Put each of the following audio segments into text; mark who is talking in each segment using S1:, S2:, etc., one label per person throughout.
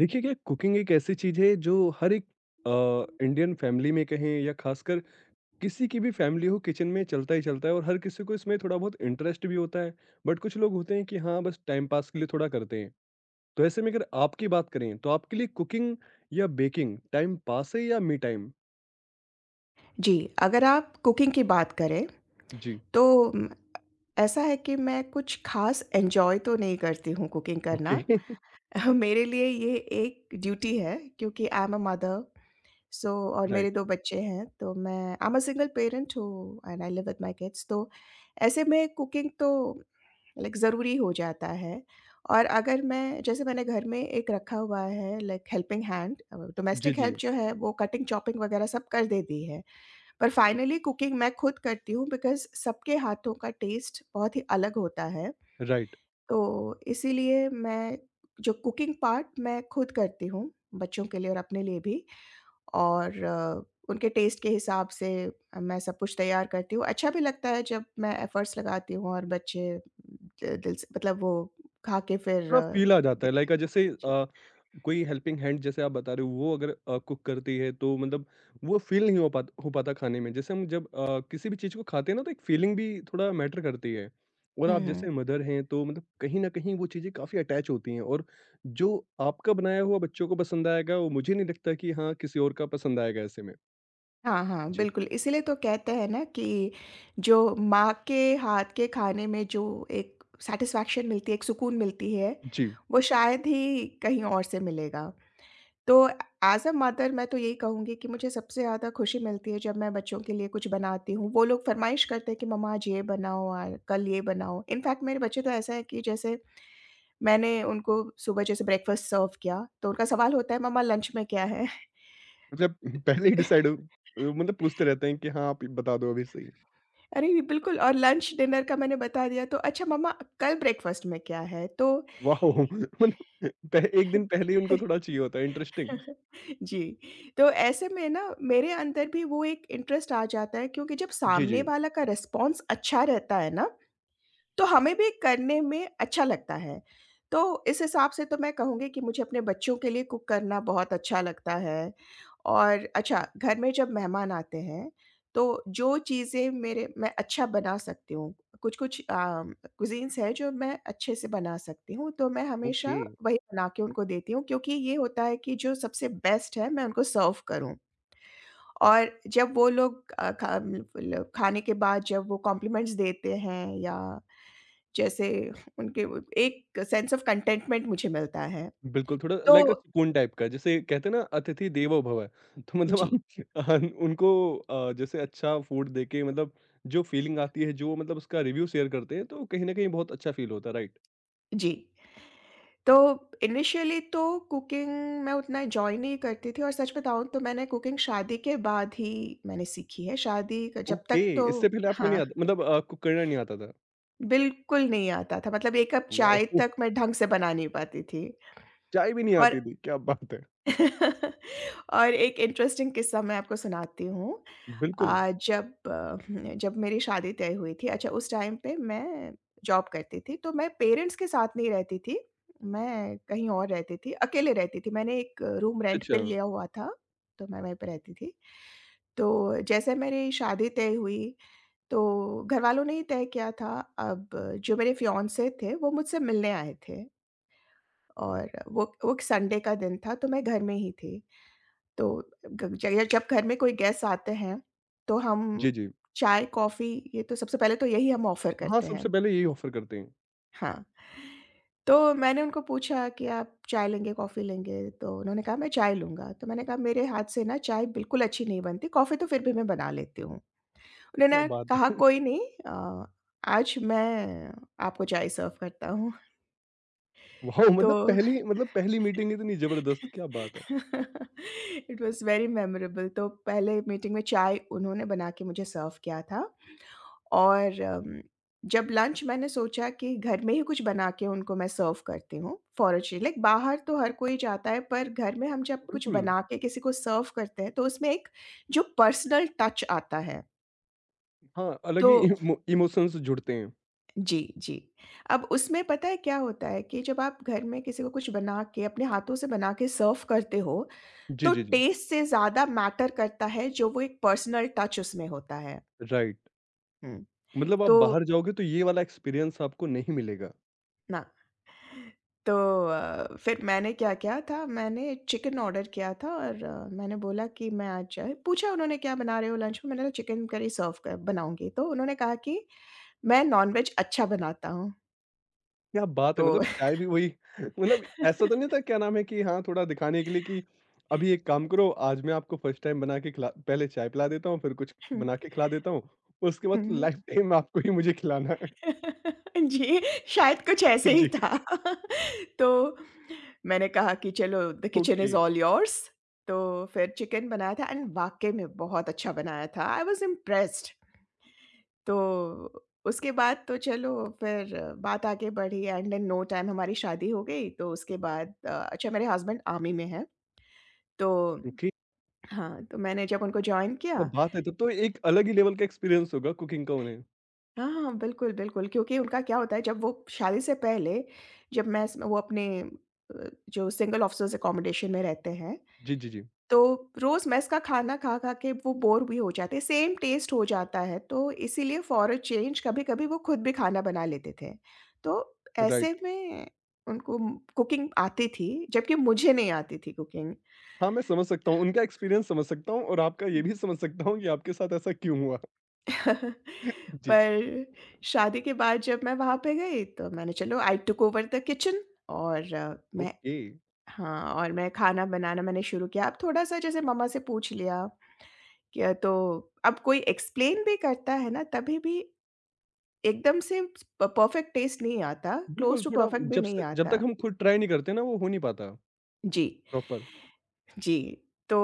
S1: देखिए क्या कुकिंग एक ऐसी चीज़ है जो हर एक इंडियन फैमिली में कहें या खासकर किसी की भी फैमिली हो किचन में चलता ही चलता है और हर किसी को इसमें थोड़ा बहुत इंटरेस्ट भी होता है। बट कुछ लोग होते हैं कि हाँ बस टाइम पास के लिए थोड़ा करते हैं। तो ऐसे में अगर आपकी बात करें तो आपके लिए कुकिंग या बेकिंग टाइम पास है या मी टाइम।
S2: जी, अगर आप कुकिंग की बात करें,
S1: जी।
S2: तो उम, ऐसा है कि मैं कुछ ख़ास एन्जॉय तो नहीं करती हूँ कुकिंग
S1: ओके।
S2: करना। मेरे लिए ये एक ड्यूटी है क्योंकि आई एम अ मदर सो और
S1: राइट।
S2: मेरे 2 बच्चे हैं, तो मैं I am a single parent हूँ and I live with my kids तो ऐसे में कुकिंग तो लाइक ज़रूरी हो जाता है। और अगर मैं जैसे मैंने घर में एक रखा हुआ है लाइक हेल्पिंग हैंड
S1: जी
S2: डोमेस्टिक
S1: जी।
S2: हेल्प जो है वो कटिंग, चॉपिंग वग़ैरह सब कर देती है। पर फाइनली कुकिंग मैं खुद करती हूँ बिकॉज़ सबके हाथों का टेस्ट बहुत ही अलग होता है।
S1: राइट।
S2: तो इसीलिए मैं जो कुकिंग पार्ट मैं खुद करती हूँ, बच्चों के लिए और अपने लिए भी और उनके टेस्ट के हिसाब से मैं सब कुछ तैयार करती हूँ। अच्छा भी लगता है जब मैं एफ़र्ट्स लगाती हूँ और बच्चे द दिल से मतलब वो खा के
S1: थोड़ा फील आ जाता
S2: दे-
S1: है लाइक जैसे
S2: जी।
S1: कोई हेल्पिंग हैंड जैसे आप बता रहे हो वो अगर कुक करती है तो मतलब वो फील नहीं हो पाता खाने में। जैसे हम जब किसी भी चीज़ को खाते हैं ना तो एक फीलिंग भी थोड़ा मैटर करती है। और
S2: हुँ,
S1: आप
S2: हुँ।
S1: जैसे मदर हैं तो मतलब कहीं ना कहीं वो चीज़ें काफ़ी अटैच होती हैं। और जो आपका बनाया हुआ बच्चों को पसंद आएगा वो मुझे नहीं लगता कि हाँ किसी और का पसंद आएगा ऐसे में।
S2: हाँ, हाँ,
S1: जी
S2: बिल्कुल, इसीलिए तो कहते हैं ना कि जो माँ के हाथ के खाने में जो एक सैटिस्फैक्शन मिलती है, एक सुकून मिलती है,
S1: जी।
S2: वो शायद ही कहीं और से मिलेगा। तो एज़ अ मदर मैं तो यही कहूँगी कि मुझे सबसे ज़्यादा खुशी मिलती है जब मैं बच्चों के लिए कुछ बनाती हूँ। वो लोग फ़रमाइश करते हैं कि मम्मा आज ये बनाओ और कल ये बनाओ। इनफैक्ट मेरे बच्चे तो ऐसा है कि जैसे मैंने उनको सुबह जैसे ब्रेकफ़ास्ट सर्व किया, तो उनका सवाल होता है मम्मा लंच में क्या है?
S1: मतलब पहले ही डिसाइड मतलब पूछते रहते हैं कि हाँ आप बता दो अभी सही।
S2: अरे! ये बिल्कुल और लंच, डिनर का मैंने बता दिया तो अच्छा मम्मा कल ब्रेकफ़ास्ट में क्या है?
S1: वाओ! मतलब पह एक दिन पहले ही उनको थोड़ा चाहिए होता है, इंटरेस्टिंग।
S2: जी, तो ऐसे में ना मेरे अंदर भी वो एक इंटरेस्ट आ जाता है क्योंकि जब
S1: जी,
S2: सामने
S1: जी।
S2: वाला का रिस्पॉन्स अच्छा रहता है ना तो हमें भी करने में अच्छा लगता है। तो इस हिसाब से तो मैं कहूँगी कि मुझे अपने बच्चों के लिए कुक करना बहुत अच्छा लगता है और अच्छा, घर में जब मेहमान आते हैं, तो जो चीज़ें मेरे मैं अच्छा बना सकती हूँ, कुछ-कुछ अ, कुज़ीन्स हैं जो मैं अच्छे से बना सकती हूँ, तो मैं हमेशा
S1: ओके।
S2: वही बना के उनको देती हूँ क्योंकि ये होता है कि जो सबसे बेस्ट है, मैं उनको सर्व करूँ। और जब वो लोग अ, खा ल खाने के बाद जब वो कॉम्प्लिमेंट्स देते हैं या जैसे उनके व एक सेंस ऑफ कंटेंटमेंट मुझे मिलता है।
S1: बिल्कुल, थोड़ा
S2: तो
S1: लाइक अ सुकून टाइप का, जैसे कहते हैं ना अतिथि देवो भव। तो मतलब
S2: जी,
S1: हम उनको जैसे अच्छा फूड देके मतलब जो फीलिंग आती है, जो मतलब उसका रिव्यू शेयर करते हैं, तो कहीं न कहीं बहुत अच्छा फील होता है, राइट?
S2: जी। तो इनिशियली तो कुकिंग मैं उतना एन्जॉय नहीं करती थी और सच बताऊँ तो मैंने कुकिंग शादी के बाद ही मैंने सीखी है। शादी क जब
S1: ओके।
S2: तक तो
S1: इससे पहले आपको नहीं
S2: हाँ,
S1: आता मतलब आपको करना नहीं आता था?
S2: बिल्कुल नहीं आता था। मतलब 1 कप चाय
S1: वाओ!
S2: तक मैं ढंग से बना नहीं पाती थी
S1: चाय भी नहीं
S2: और
S1: आती थी, क्या बात है!
S2: और एक इंटरेस्टिंग किस्सा मैं आपको सुनाती हूँ।
S1: बिल्कुल।
S2: अ, जब अ, जब मेरी शादी तय हुई थी अच्छा उस टाइम पे मैं जॉब करती थी, तो मैं पेरेंट्स के साथ नहीं रहती थी, मैं कहीं और रहती थी, अकेले रहती थी। मैंने एक रूम
S1: अच्छा,
S2: रेंट पे
S1: अच्छा।
S2: लिया हुआ था, तो मैं वहीं पे रहती थी। तो जैसे मेरी शादी तय हुई, तो घरवालों ने ही तय किया था। अब जो मेरे फियांसे थे, वो मुझसे मिलने आए थे और वो एक संडे का दिन था, तो मैं घर में ही थी। तो ग ज या जब घर में कोई गेस्ट आते हैं, तो हम
S1: जी, जी।
S2: चाय, कॉफ़ी ये तो सबसे पहले तो यही हम ऑफ़र
S1: हाँ,
S2: करते
S1: सबसे
S2: हैं।
S1: पहले यही ऑफ़र करते हैं।
S2: हाँ। तो मैंने उनको पूछा कि आप चाय लेंगे, कॉफ़ी लेंगे? तो उन्होंने कहा मैं चाय लूँगा। तो मैंने कहा मेरे हाथ से ना चाय बिल्कुल अच्छी नहीं बनती, कॉफ़ी तो फिर भी मैं बना लेती हूँ।
S1: क्या
S2: उन्होंने
S1: बात
S2: कहा
S1: है!
S2: कोई नहीं, अ, आज मैं आपको चाय सर्व करता हूँ।
S1: वॉव!
S2: तो
S1: मतलब पहली मीटिंग इतनी ज़बरदस्त, क्या बात है!
S2: इट वाज़ वेरी मेमोरेबल तो पहले मीटिंग में चाय उन्होंने बना के मुझे सर्व किया था और जब लंच मैंने सोचा कि घर में ही कुछ बना के उनको मैं सर्व करती हूँ फॉर अ चेंज लाइक बाहर तो हर कोई जाता है पर घर में हम जब कुछ
S1: बिल्कुल,
S2: बना के किसी को सर्व करते हैं तो उसमें एक जो पर्सनल टच आता है।
S1: हाँ, अलग
S2: तो
S1: ही इमोशंस जुड़ते हैं।
S2: जी, जी। अब उसमें पता है क्या होता है कि जब आप घर में किसी को कुछ बना के अपने हाथों से बना के सर्व करते हो
S1: जी,
S2: तो
S1: जी, जी,
S2: टेस्ट से ज़्यादा मैटर करता है जो वो एक पर्सनल टच उसमें होता है।
S1: राइट।
S2: हुँ,
S1: मतलब आप
S2: तो
S1: बाहर जाओगे तो ये वाला एक्सपीरियंस आपको नहीं मिलेगा।
S2: ना तो फिर मैंने क्या किया था, मैंने चिकन ऑर्डर किया था और मैंने बोला कि मैं आज पूछा उन्होंने क्या बना रहे हो लंच में? मैंने कहा चिकन करी सर्व कर बनाऊँगी। तो उन्होंने कहा कि मैं नॉन-वेज अच्छा बनाता हूँ।
S1: क्या बात है!
S2: तो
S1: मतलब चाय भी वही मतलब ऐसा तो नहीं था क्या नाम है कि हाँ, थोड़ा दिखाने के लिए कि अभी एक काम करो, आज मैं आपको फर्स्ट टाइम बना के खिला पहले चाय पिला देता हूँ, फिर कुछ बना के खिला देता हूँ, उसके
S2: हुँ,
S1: बाद
S2: हुँ।
S1: लाइफ टाइम आपको ही मुझे खिलाना है।
S2: जी, शायद कुछ ऐसे ही
S1: जी,
S2: था। तो मैंने कहा कि चलो the kitchen
S1: okay,
S2: is all yours, तो फिर चिकन बनाया था एंड वाक़ई में बहुत अच्छा बनाया था। I was impressed. तो उसके बाद तो चलो फिर बात आगे बढ़ी एंड इन नो टाइम हमारी शादी हो गई। तो उसके बाद अच्छा मेरे हस्बैंड आर्मी में हैं। तो
S1: ओके,
S2: हाँ, तो मैंने जब उनको जॉइन
S1: क्या
S2: किया
S1: बात है! तब तो एक अलग ही लेवल का एक्सपीरियंस होगा कुकिंग का उन्हें।
S2: हाँ, हाँ, बिल्कुल, बिल्कुल क्योंकि उनका क्या होता है जब वो शादी से पहले जब मैं स वो अपने जो सिंगल ऑफिसर्स अकोमोडेशन में रहते हैं,
S1: जी, जी, जी।
S2: तो रोज़ मेस का खाना खा-खा के वो बोर भी हो जाते हैं, सेम टेस्ट हो जाता है, तो इसीलिए फॉर अ चेंज कभी-कभी वो खुद भी खाना बना लेते थे। तो ऐसे
S1: राइट।
S2: में उनको कुकिंग आती थी, जबकि मुझे नहीं आती थी कुकिंग।
S1: हाँ, मैं समझ सकता हूँ, उनका एक्सपीरियंस समझ सकता हूँ और आपका ये भी समझ सकता हूँ कि आपके साथ ऐसा क्यों हुआ। जी।
S2: पर शादी के बाद जब मैं वहाँ पे गई, तो मैंने चलो आई टूक ओवर द किचन और अ, मैं
S1: ओके।
S2: हाँ, और मैं खाना बनाना मैंने शुरू किया, अब थोड़ा-सा जैसे मम्मा से पूछ लिया कि तो अब कोई एक्सप्लेन भी करता है ना, तभी भी एकदम से प परफ़ेक्ट टेस्ट नहीं आता, क्लोज़
S1: बिल्कुल,
S2: टू
S1: थोड़ा
S2: परफ़ेक्ट भी
S1: जब
S2: नहीं
S1: से जब
S2: आता।
S1: तक हम खुद ट्राई नहीं करते ना, वो हो नहीं पाता
S2: जी,
S1: प्रॉपर।
S2: जी। तो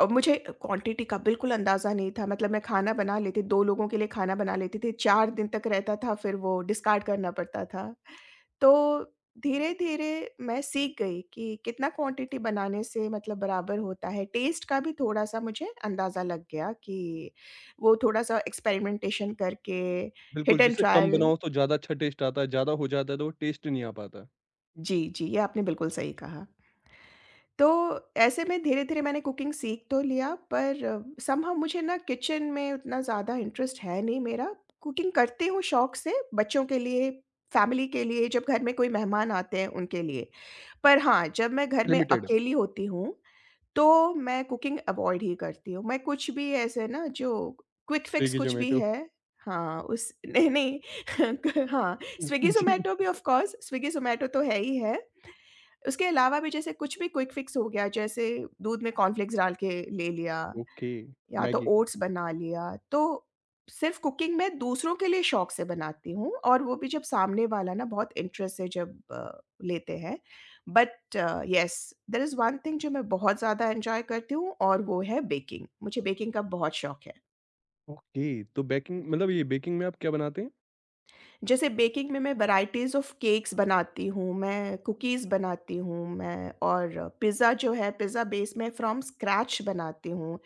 S2: अब मुझे क्वांटिटी का बिल्कुल अंदाज़ा नहीं था, मतलब मैं खाना बना लेती 2 लोगों के लिए खाना बना लेती थी, 4 दिन तक रहता था, फिर वो डिस्कार्ड करना पड़ता था। तो धीरे-धीरे मैं सीख गई कि कितना क्वांटिटी बनाने से मतलब बराबर होता है। टेस्ट का भी थोड़ा-सा मुझे अंदाज़ा लग गया कि वो थोड़ा-सा एक्सपेरिमेंटेशन करके
S1: बिल्कुल,
S2: हिट एंड
S1: जैसे कम
S2: ट्रायल
S1: बनाओ तो ज़्यादा अच्छा टेस्ट आता है, ज़्यादा हो जाता है तो वो टेस्ट नहीं आ पाता।
S2: जी, जी, ये आपने बिल्कुल सही कहा। तो ऐसे में धीरे-धीरे मैंने कुकिंग सीख तो लिया पर समहाउ मुझे ना किचन में उतना ज़्यादा इंटरेस्ट है नहीं मेरा। कुकिंग करती हूँ शौक से, बच्चों के लिए, फैमिली के लिए, जब घर में कोई मेहमान आते हैं उनके लिए। पर हाँ, जब मैं घर में
S1: लिमिटेड,
S2: अकेली होती हूँ तो मैं कुकिंग अवॉइड ही करती हूँ। मैं कुछ भी ऐसे ना जो क्विक फिक्स
S1: स्विगी,
S2: कुछ भी
S1: ज़ोमैटो।
S2: है हाँ, उस नहीं, नहीं क हाँ,
S1: जी।
S2: स्विगी-ज़ोमैटो भी ऑफ़ कोर्स स्विगी-ज़ोमैटो तो है ही है। उसके अलावा भी जैसे कुछ भी क्विक फिक्स हो गया, जैसे दूध में कॉर्नफ्लेक्स डाल के ले लिया।
S1: ओके।
S2: या तो
S1: मैगी।
S2: ओट्स बना लिया, तो सिर्फ़ कुकिंग मैं दूसरों के लिए शौक से बनाती हूँ और वो भी जब सामने वाला ना बहुत इंटरेस्ट से जब लेते हैं। But yes, there is one thing जो मैं बहुत ज़्यादा एन्जॉय करती हूँ और वो है बेकिंग। मुझे बेकिंग का बहुत शौक है।
S1: ओके, तो बेकिंग मतलब ये बेकिंग में आप क्या बनाते हैं?
S2: जैसे बेकिंग में मैं वैराइटीज़ ऑफ केक्स बनाती हूँ, मैं कुकीज़ बनाती हूँ, मैं और पिज़्ज़ा जो है पिज़्ज़ा बेस मैं फ्रॉम स्क्रैच बनाती हूँ।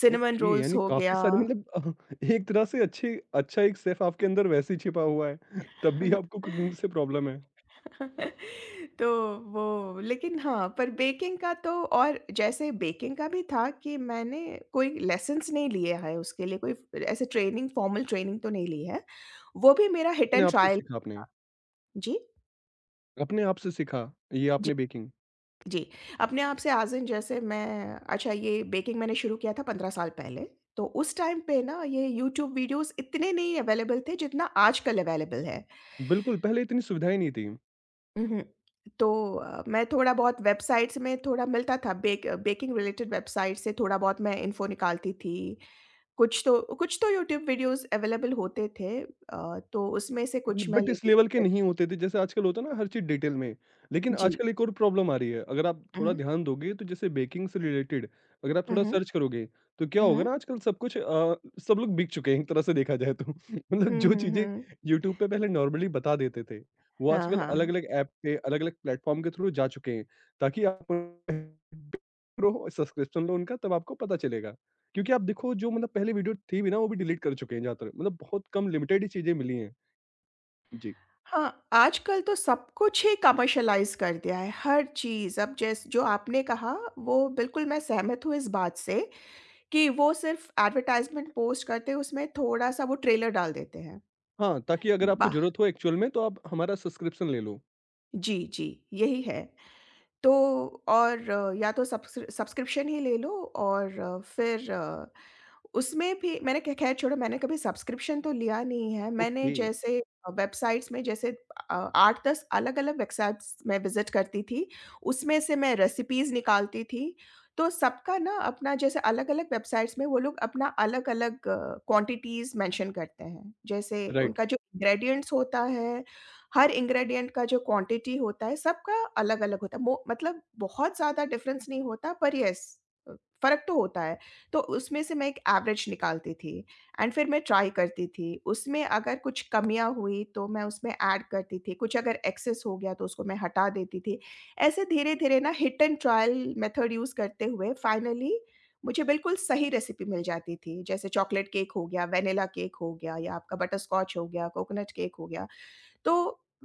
S2: सिनेमन
S1: ओके
S2: रोल्स
S1: यानी
S2: हो
S1: काफ़ी
S2: गया।
S1: सारे मतलब एक तरह से अच्छे अच्छा एक शेफ़ आपके अंदर वैसे ही छिपा हुआ है तब भी आपको कुकिंग से प्रॉब्लम है।
S2: तो वो लेकिन हाँ, पर बेकिंग का तो और जैसे बेकिंग का भी था कि मैंने कोई लेसन्स नहीं लिए हैं उसके लिए, कोई ऐसे ट्रेनिंग फॉर्मल ट्रेनिंग तो नहीं ली है। वो भी मेरा हिट
S1: अपने
S2: एंड
S1: आप से
S2: ट्रायल
S1: सीखा आपने,
S2: था। जी,
S1: अपने आप से सीखा ये
S2: जी,
S1: आपने बेकिंग।
S2: जी। अपने आप से एज़ इन जैसे मैं अच्छा ये बेकिंग मैंने शुरू किया था 15 साल पहले, तो उस टाइम पे ना ये यूट्यूब वीडियोज़ इतने नहीं अवेलेबल थे जितना आजकल अवेलेबल है।
S1: बिल्कुल, पहले इतनी सुविधाएँ नहीं थी।
S2: उहुँ। तो मैं थोड़ा-बहुत वेबसाइट्स में थोड़ा मिलता था, बेकिंग रिलेटेड वेबसाइट से थोड़ा-बहुत मैं इन्फ़ो निकालती थी। कुछ तो यूट्यूब वीडियोज़ अवेलेबल होते थे तो उसमें से कुछ मैं
S1: बट इस
S2: लेती थी
S1: लेवल के
S2: टिप।
S1: नहीं होते थे जैसे आजकल होता है ना हर चीज डिटेल में। लेकिन
S2: जी।
S1: आजकल एक और प्रॉब्लम आ रही है, अगर आप थोड़ा
S2: उहुँ।
S1: ध्यान दोगे तो जैसे बेकिंग से रिलेटेड अगर आप थोड़ा
S2: उहुँ।
S1: सर्च करोगे तो क्या होगा
S2: उहुँ।
S1: ना आजकल सब कुछ सब लोग बिक चुके हैं एक तरह से देखा जाए तो मतलब
S2: हुँ,
S1: जो
S2: हुँ,
S1: चीजें
S2: हुँ।
S1: यूट्यूब पे पहले नॉर्मली बता देते थे वो
S2: हाँ,
S1: आजकल अलग
S2: हाँ।
S1: अलग ऐप पे अलग अलग प्लेटफॉर्म के थ्रू जा चुके हैं ताकि आप सब्सक्रिप्शन लो उनका तब आपको पता चलेगा, क्योंकि आप देखो जो मतलब पहले वीडियो थी भी ना वो भी डिलीट कर चुके हैं ज्यादातर मतलब बहुत कम लिमिटेड ही चीजें मिली हैं। जी।
S2: हाँ, आजकल तो सब कुछ ही कमर्शियलाइज़ कर दिया है, हर चीज़। अब जैस जो आपने कहा, वो बिल्कुल मैं सहमत हूँ इस बात से कि वो सिर्फ़ एडवर्टाइज़मेंट पोस्ट करते हैं, उसमें थोड़ा-सा वो ट्रेलर डाल देते हैं।
S1: हाँ, ताकि अगर आपको
S2: वाह!
S1: ज़रूरत हो एक्चुअल में तो आप हमारा सब्सक्रिप्शन ले लो।
S2: जी, जी, यही है। तो और या तो सब्सक्रिप्शन ही ले लो और फिर उसमें भी मैंने ख खैर छोड़ो मैंने कभी सब्सक्रिप्शन तो लिया नहीं है। मैंने
S1: ओके।
S2: जैसे वेबसाइट्स में जैसे 8-10 अलग-अलग वेबसाइट्स मैं विज़िट करती थी। उसमें से मैं रेसिपीज़ निकालती थी। तो सबका ना अपना जैसे अलग-अलग वेबसाइट्स में वो लोग अपना अलग-अलग क्वांटिटीज़ मेंशन करते हैं। जैसे
S1: राइट,
S2: उनका जो इंग्रीडिएंट्स होता है, हर इंग्रीडिएंट का जो क्वांटिटी होता है, सबका अलग-अलग होता है। मो मतलब बहुत ज़्यादा डिफरेंस नहीं होता पर येस अ, फ़र्क तो होता है। तो उसमें से मैं एक एवरेज निकालती थी एंड फिर मैं ट्राई करती थी। उसमें अगर कुछ कमियाँ हुई तो मैं उसमें ऐड करती थी, कुछ अगर एक्सेस हो गया तो उसको मैं हटा देती थी। ऐसे धीरे-धीरे ना hit and trial method use करते हुए फाइनली मुझे बिल्कुल सही रेसिपी मिल जाती थी। जैसे चॉकलेट केक हो गया, वैनिला केक हो गया या आपका बटरस्कॉच हो गया, कोकोनट केक हो गया। तो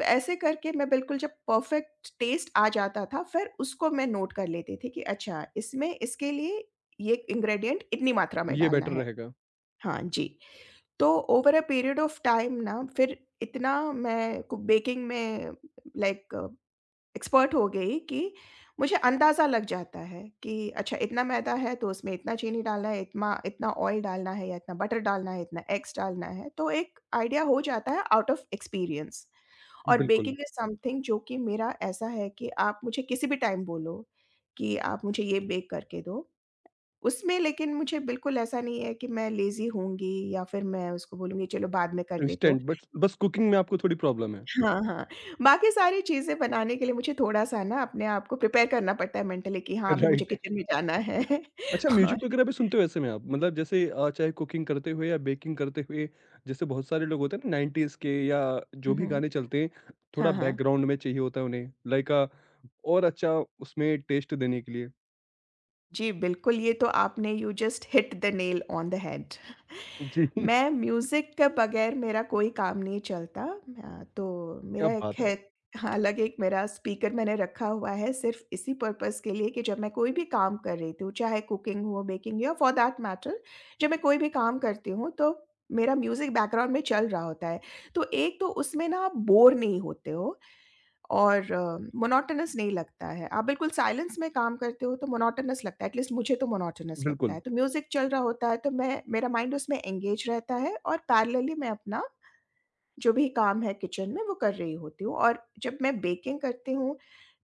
S2: ऐसे करके मैं बिल्कुल जब परफ़ेक्ट टेस्ट आ जाता था, फिर उसको मैं नोट कर लेती थी कि अच्छा इसमें इसके लिए ये इंग्रीडिएंट इतनी मात्रा में
S1: ये
S2: डालना
S1: बेटर
S2: है।
S1: रहेगा।
S2: हाँ जी, तो over a period of time ना फिर इतना मैं कु बेकिंग में लाइक एक्सपर्ट हो गई कि मुझे अंदाज़ा लग जाता है कि अच्छा इतना मैदा है तो उसमें इतना चीनी डालना है, इतना इतना ऑयल डालना है या इतना बटर डालना है, इतना एग्स डालना है, तो एक आइडिया हो जाता है आउट ऑफ़ एक्सपीरियंस। और
S1: बिल्कुल,
S2: बेकिंग इज़ समथिंग जो कि मेरा ऐसा है कि आप मुझे किसी भी टाइम बोलो, कि आप मुझे ये बेक करके दो। उसमें लेकिन मुझे बिल्कुल ऐसा नहीं है कि मैं लेज़ी होंगी या फिर मैं उसको बोलूँगी चलो बाद में कर देती हूँ।
S1: इंस्टेंट बट बस कुकिंग में आपको थोड़ी प्रॉब्लम है।
S2: हाँ, हाँ। बाकी सारी चीज़ें बनाने के लिए मुझे थोड़ा-सा ना अपने आप को प्रिपेयर करना पड़ता है मेंटली कि हाँ, अभी मुझे
S1: राइट,
S2: किचन में जाना है
S1: अच्छा
S2: और
S1: म्यूज़िक वगैरह भी सुनते हो ऐसे में आप? मतलब जैसे चाहे कुकिंग करते हुए या बेकिंग करते हुए, जैसे बहुत सारे लोग होते हैं ना 90s के या जो
S2: हुँ,
S1: भी
S2: हुँ।
S1: गाने चलते हैं, थोड़ा
S2: हाँ, हाँ।
S1: बैकग्राउंड में चाहिए होता है उन्हें, लाइक और अच्छा उसमें टेस्ट देने के लिए।
S2: जी, बिल्कुल, ये तो आपने you just hit the nail on the head
S1: जी,
S2: मैं म्यूज़िक के बगैर मेरा कोई काम नहीं चलता तो
S1: क्या
S2: मेरा एक
S1: बात है!
S2: है हालाँकि एक मेरा स्पीकर मैंने रखा हुआ है सिर्फ़ इसी पर्पज़ के लिए कि जब मैं कोई भी काम कर रही हूँ, चाहे कुकिंग हो, बेकिंग या फॉर दैट मैटर जब मैं कोई भी काम करती हूँ, तो मेरा म्यूज़िक बैकग्राउंड में चल रहा होता है। तो एक तो उसमें ना आप बोर नहीं होते हो और मोनोटोनस नहीं लगता है। आप बिल्कुल साइलेंस में काम करते हो तो मोनोटोनस लगता है, एटलीस्ट मुझे तो मोनोटोनस लगता है।
S1: बिल्कुल,
S2: तो म्यूज़िक चल रहा होता है तो मैं मेरा माइंड उसमें एंगेज रहता है और पैरेलली मैं अपना जो भी काम है किचन में वो कर रही होती हूँ। और जब मैं बेकिंग करती हूँ,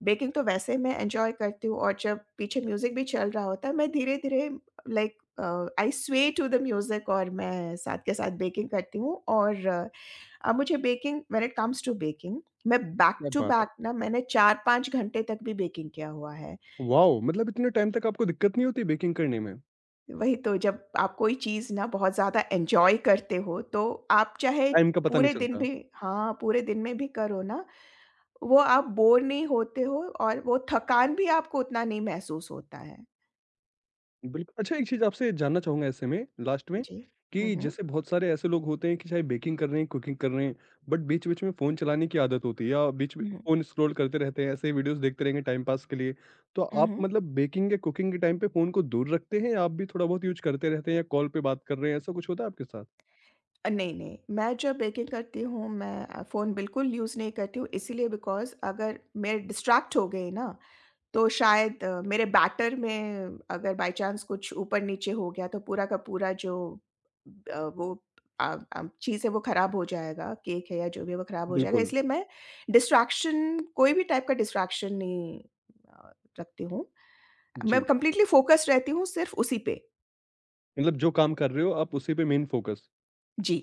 S2: बेकिंग तो वैसे मैं एन्जॉय करती हूँ और जब पीछे म्यूज़िक भी चल रहा होता है, मैं धीरे-धीरे लाइक आई स्वे टू द म्यूज़िक और मैं साथ के साथ बेकिंग करती हूँ और अब मुझे baking when it comes to baking मैं बैक
S1: क्या
S2: टू
S1: बात
S2: बैक
S1: है!
S2: ना मैंने 4-5 घंटे तक भी बेकिंग किया हुआ है।
S1: वॉव! मतलब इतने टाइम तक आपको दिक्कत नहीं होती बेकिंग करने में?
S2: वही तो जब आप कोई चीज़ ना बहुत ज़्यादा एन्जॉय करते हो तो आप चाहे
S1: टाइम का पता नहीं
S2: पूरे दिन
S1: चलता।
S2: भी हाँ, पूरे दिन में भी करो ना, वो आप बोर नहीं होते हो और वो थकान भी आपको उतना नहीं महसूस होता है।
S1: बिल्कुल, अच्छा एक चीज़ आपसे जानना चाहूँगा ऐसे में लास्ट में
S2: जी। हुँ,
S1: कि
S2: हुँ।
S1: जैसे बहुत सारे ऐसे लोग होते हैं कि चाहे बेकिंग कर रहे हैं, कुकिंग कर रहे हैं, बट बीच-बीच में फ़ोन चलाने की आदत होती है या बीच में
S2: हुँ, हुँ।
S1: फ़ोन स्क्रॉल करते रहते हैं, ऐसे ही वीडियोज़ देखते रहेंगे टाइम पास के लिए। तो
S2: हुँ,
S1: आप
S2: हुँ।
S1: मतलब बेकिंग या कुकिंग के टाइम पे फ़ोन को दूर रखते हैं या आप भी थोड़ा बहुत यूज़ करते रहते हैं या कॉल पे बात कर रहे हैं, ऐसा कुछ होता है आपके साथ?
S2: नहीं-नहीं, मैं जब बेकिंग करती हूँ मैं फ़ोन बिल्कुल यूज़ नहीं करती हूँ इसीलिए बिकॉज़ अगर मैं डिस्ट्रैक्ट हो गई ना तो शायद मेरे बैटर में अगर बाय चांस कुछ ऊपर-नीचे हो गया तो पूरा का पूरा जो अ, वो अ चीज़ है वो ख़राब हो जाएगा, केक है या जो भी है वो ख़राब हो जाएगा।
S1: बिल्कुल,
S2: इसलिए मैं डिस्ट्रैक्शन कोई भी टाइप का डिस्ट्रैक्शन नहीं अ, रखती हूँ। मैं
S1: जी।
S2: कंप्लीटली फ़ोकस्ड रहती हूँ सिर्फ़ उसी पे।
S1: मतलब जो काम कर रहे हो आप उसी पे मेन फ़ोकस।
S2: जी।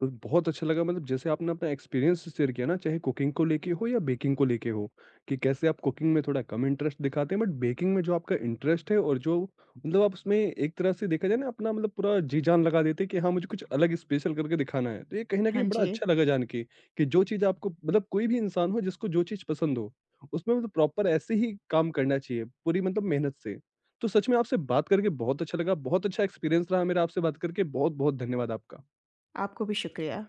S1: तो बहुत अच्छा लगा मतलब जैसे आपने अपना एक्सपीरियंस शेयर किया ना चाहे कुकिंग को लेके हो या बेकिंग को लेके हो कि कैसे आप कुकिंग में थोड़ा कम इंटरेस्ट दिखाते हैं बट बेकिंग में जो आपका इंटरेस्ट है और जो मतलब आप उसमें एक तरह से देखा जाए ना अपना मतलब पूरा जी जान लगा देते हैं कि हाँ मुझे कुछ अलग स्पेशल करके दिखाना है तो ये कहीं ना
S2: हाँ
S1: कहीं बड़ा
S2: जी।
S1: अच्छा लगा जान के कि जो चीज़ आपको मतलब कोई भी इंसान हो जिसको जो चीज़ पसंद हो उसमें मतलब प्रॉपर ऐसे ही काम करना चाहिए पूरी मतलब मेहनत से। तो सच में आपसे बात करके बहुत अच्छा लगा, बहुत अच्छा एक्सपीरियंस रहा मेरा आपसे बात करके, बहुत बहुत धन्यवाद आपका।
S2: आपको भी शुक्रिया।